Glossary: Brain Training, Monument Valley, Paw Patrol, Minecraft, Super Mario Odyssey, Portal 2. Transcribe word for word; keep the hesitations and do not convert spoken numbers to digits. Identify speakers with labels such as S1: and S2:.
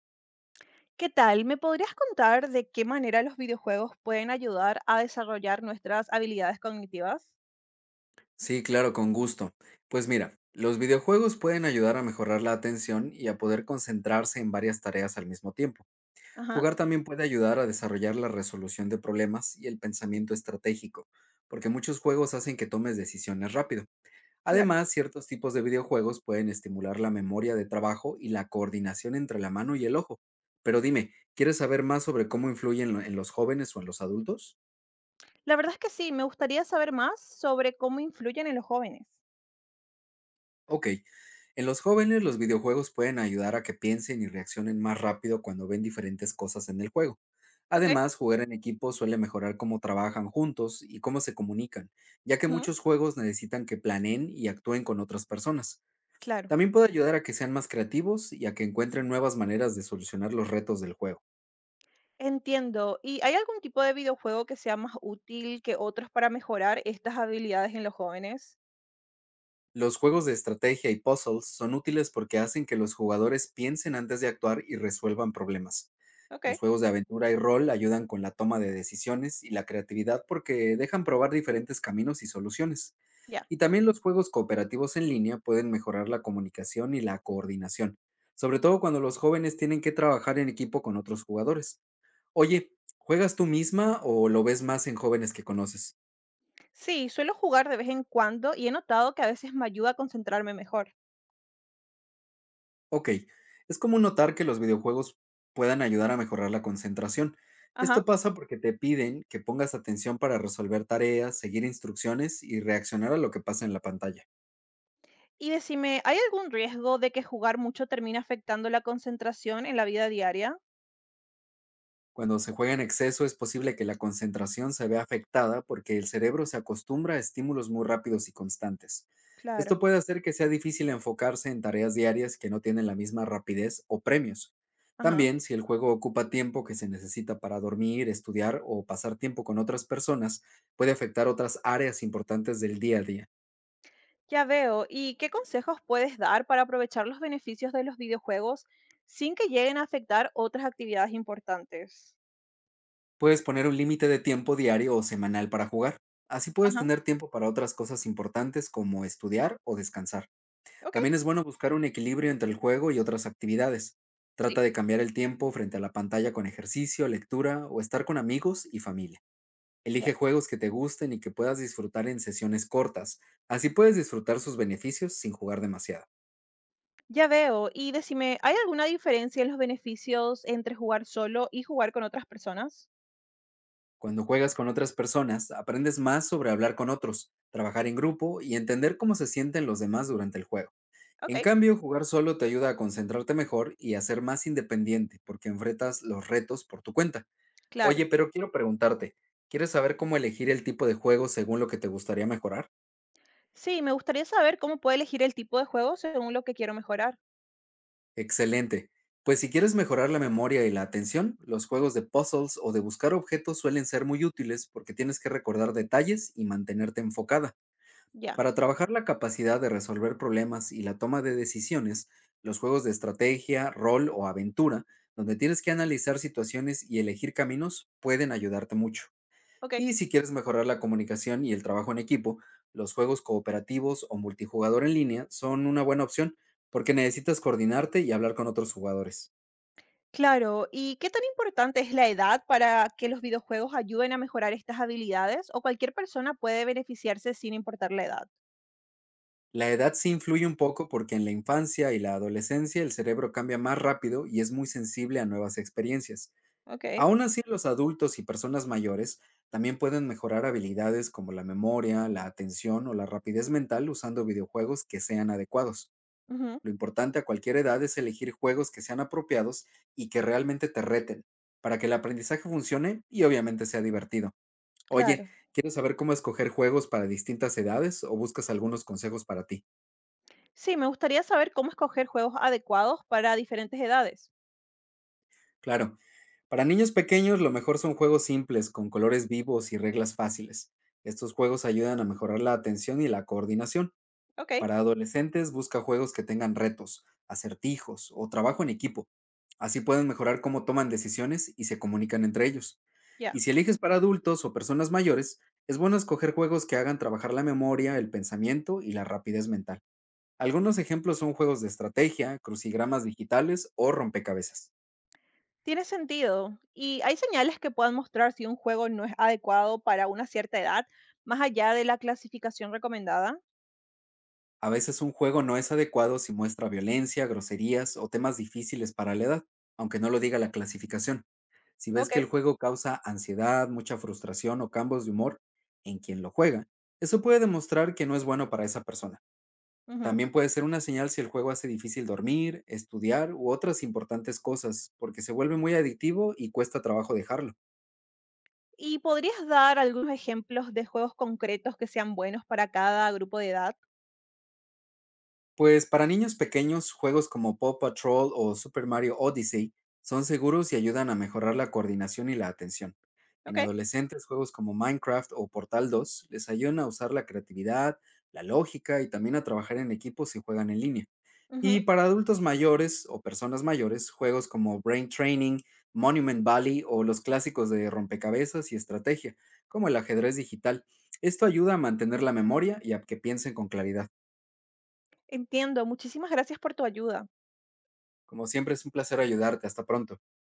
S1: ¿Qué tal? ¿Me podrías contar de qué manera los videojuegos pueden ayudar a desarrollar nuestras habilidades cognitivas?
S2: Sí, claro, con gusto. Pues mira, los videojuegos pueden ayudar a mejorar la atención y a poder concentrarse en varias tareas al mismo tiempo.
S1: Ajá,
S2: Jugar también puede ayudar a desarrollar la resolución de problemas y el pensamiento estratégico, porque muchos juegos hacen que tomes decisiones rápido.
S1: claro.
S2: Además, ciertos tipos de videojuegos pueden estimular la memoria de trabajo y la coordinación entre la mano y el ojo. Pero dime, ¿quieres saber más sobre cómo influyen en lo- en los jóvenes o en los adultos?
S1: La verdad es que sí, me gustaría saber más sobre cómo influyen en los jóvenes.
S2: Ok, en los jóvenes los videojuegos pueden ayudar a que piensen y reaccionen más rápido cuando ven diferentes cosas en el juego.
S1: Ok.
S2: Además, jugar en equipo suele mejorar cómo trabajan juntos y cómo se comunican, ya que
S1: Ujú.
S2: muchos juegos necesitan que planeen y actúen con otras personas.
S1: Claro.
S2: También puede ayudar a que sean más creativos y a que encuentren nuevas maneras de solucionar los retos del juego.
S1: Entiendo. ¿Y hay algún tipo de videojuego que sea más útil que otros para mejorar estas habilidades en los jóvenes?
S2: Los juegos de estrategia y puzzles son útiles porque hacen que los jugadores piensen antes de actuar y resuelvan problemas.
S1: Ok,
S2: Los juegos de aventura y rol ayudan con la toma de decisiones y la creatividad porque dejan probar diferentes caminos y soluciones.
S1: ya.
S2: Y también los juegos cooperativos en línea pueden mejorar la comunicación y la coordinación, sobre todo cuando los jóvenes tienen que trabajar en equipo con otros jugadores. Oye, ¿juegas tú misma o lo ves más en jóvenes que conoces?
S1: Sí, suelo jugar de vez en cuando y he notado que a veces me ayuda a concentrarme mejor.
S2: Ok, es común notar que los videojuegos puedan ayudar a mejorar la concentración.
S1: Ajá.
S2: Esto pasa porque te piden que pongas atención para resolver tareas, seguir instrucciones y reaccionar a lo que pasa en la pantalla.
S1: Y decime, ¿hay algún riesgo de que jugar mucho termine afectando la concentración en la vida diaria?
S2: Cuando se juega en exceso es posible que la concentración se vea afectada porque el cerebro se acostumbra a estímulos muy rápidos y constantes.
S1: Claro.
S2: Esto puede hacer que sea difícil enfocarse en tareas diarias que no tienen la misma rapidez o premios.
S1: Ajá.
S2: También, si el juego ocupa tiempo que se necesita para dormir, estudiar o pasar tiempo con otras personas, puede afectar otras áreas importantes del día a día.
S1: Ya veo. ¿Y qué consejos puedes dar para aprovechar los beneficios de los videojuegos sin que lleguen a afectar otras actividades importantes?
S2: Puedes poner un límite de tiempo diario o semanal para jugar. Así puedes
S1: Ajá.
S2: tener tiempo para otras cosas importantes como estudiar o descansar.
S1: Ok.
S2: También es bueno buscar un equilibrio entre el juego y otras actividades. Trata
S1: Sí.
S2: de cambiar el tiempo frente a la pantalla con ejercicio, lectura o estar con amigos y familia.
S1: Ya.
S2: Elige juegos que te gusten y que puedas disfrutar en sesiones cortas. Así puedes disfrutar sus beneficios sin jugar demasiado.
S1: Ya veo. Y decime, ¿hay alguna diferencia en los beneficios entre jugar solo y jugar con otras personas?
S2: Cuando juegas con otras personas, aprendes más sobre hablar con otros, trabajar en grupo y entender cómo se sienten los demás durante el juego.
S1: Ok.
S2: En cambio, jugar solo te ayuda a concentrarte mejor y a ser más independiente porque enfrentas los retos por tu cuenta.
S1: Claro.
S2: Oye, pero quiero preguntarte, ¿quieres saber cómo elegir el tipo de juego según lo que te gustaría mejorar?
S1: Sí, me gustaría saber cómo puedo elegir el tipo de juego según lo que quiero mejorar.
S2: Excelente. Pues si quieres mejorar la memoria y la atención, los juegos de puzzles o de buscar objetos suelen ser muy útiles porque tienes que recordar detalles y mantenerte enfocada.
S1: Ya.
S2: Para trabajar la capacidad de resolver problemas y la toma de decisiones, los juegos de estrategia, rol o aventura, donde tienes que analizar situaciones y elegir caminos, pueden ayudarte mucho.
S1: Ok.
S2: Y si quieres mejorar la comunicación y el trabajo en equipo, los juegos cooperativos o multijugador en línea son una buena opción porque necesitas coordinarte y hablar con otros jugadores.
S1: Claro, ¿y qué tan importante es la edad para que los videojuegos ayuden a mejorar estas habilidades? ¿O cualquier persona puede beneficiarse sin importar la edad?
S2: La edad sí influye un poco porque en la infancia y la adolescencia el cerebro cambia más rápido y es muy sensible a nuevas experiencias.
S1: Ok,
S2: Aún así, los adultos y personas mayores también pueden mejorar habilidades como la memoria, la atención o la rapidez mental usando videojuegos que sean adecuados.
S1: ujú,
S2: Lo importante a cualquier edad es elegir juegos que sean apropiados y que realmente te reten, para que el aprendizaje funcione y obviamente sea divertido. Oye,
S1: claro.
S2: ¿quieres saber cómo escoger juegos para distintas edades o buscas algunos consejos para ti?
S1: Sí, me gustaría saber cómo escoger juegos adecuados para diferentes edades.
S2: Claro, para niños pequeños lo mejor son juegos simples, con colores vivos y reglas fáciles. Estos juegos ayudan a mejorar la atención y la coordinación.
S1: Ok,
S2: Para adolescentes, busca juegos que tengan retos, acertijos o trabajo en equipo. Así pueden mejorar cómo toman decisiones y se comunican entre ellos. Y
S1: ya.
S2: si eliges para adultos o personas mayores, es bueno escoger juegos que hagan trabajar la memoria, el pensamiento y la rapidez mental. Algunos ejemplos son juegos de estrategia, crucigramas digitales o rompecabezas.
S1: Tiene sentido. ¿Y hay señales que puedan mostrar si un juego no es adecuado para una cierta edad, más allá de la clasificación recomendada?
S2: A veces un juego no es adecuado si muestra violencia, groserías o temas difíciles para la edad, aunque no lo diga la clasificación. Si ves
S1: Ok.
S2: que el juego causa ansiedad, mucha frustración o cambios de humor en quien lo juega, eso puede demostrar que no es bueno para esa persona.
S1: Ujú.
S2: También puede ser una señal si el juego hace difícil dormir, estudiar u otras importantes cosas, porque se vuelve muy adictivo y cuesta trabajo dejarlo.
S1: ¿Y podrías dar algunos ejemplos de juegos concretos que sean buenos para cada grupo de edad?
S2: Pues para niños pequeños, juegos como Paw Patrol o Super Mario Odyssey son seguros y ayudan a mejorar la coordinación y la atención. En
S1: Okey,
S2: adolescentes, juegos como Minecraft o Portal dos les ayudan a usar la creatividad, la lógica y también a trabajar en equipo si juegan en línea.
S1: ujú.
S2: Y para adultos mayores o personas mayores, juegos como Brain Training, Monument Valley o los clásicos de rompecabezas y estrategia, como el ajedrez digital. Esto ayuda a mantener la memoria y a que piensen con claridad.
S1: Entiendo, muchísimas gracias por tu ayuda.
S2: Como siempre, es un placer ayudarte. Hasta pronto.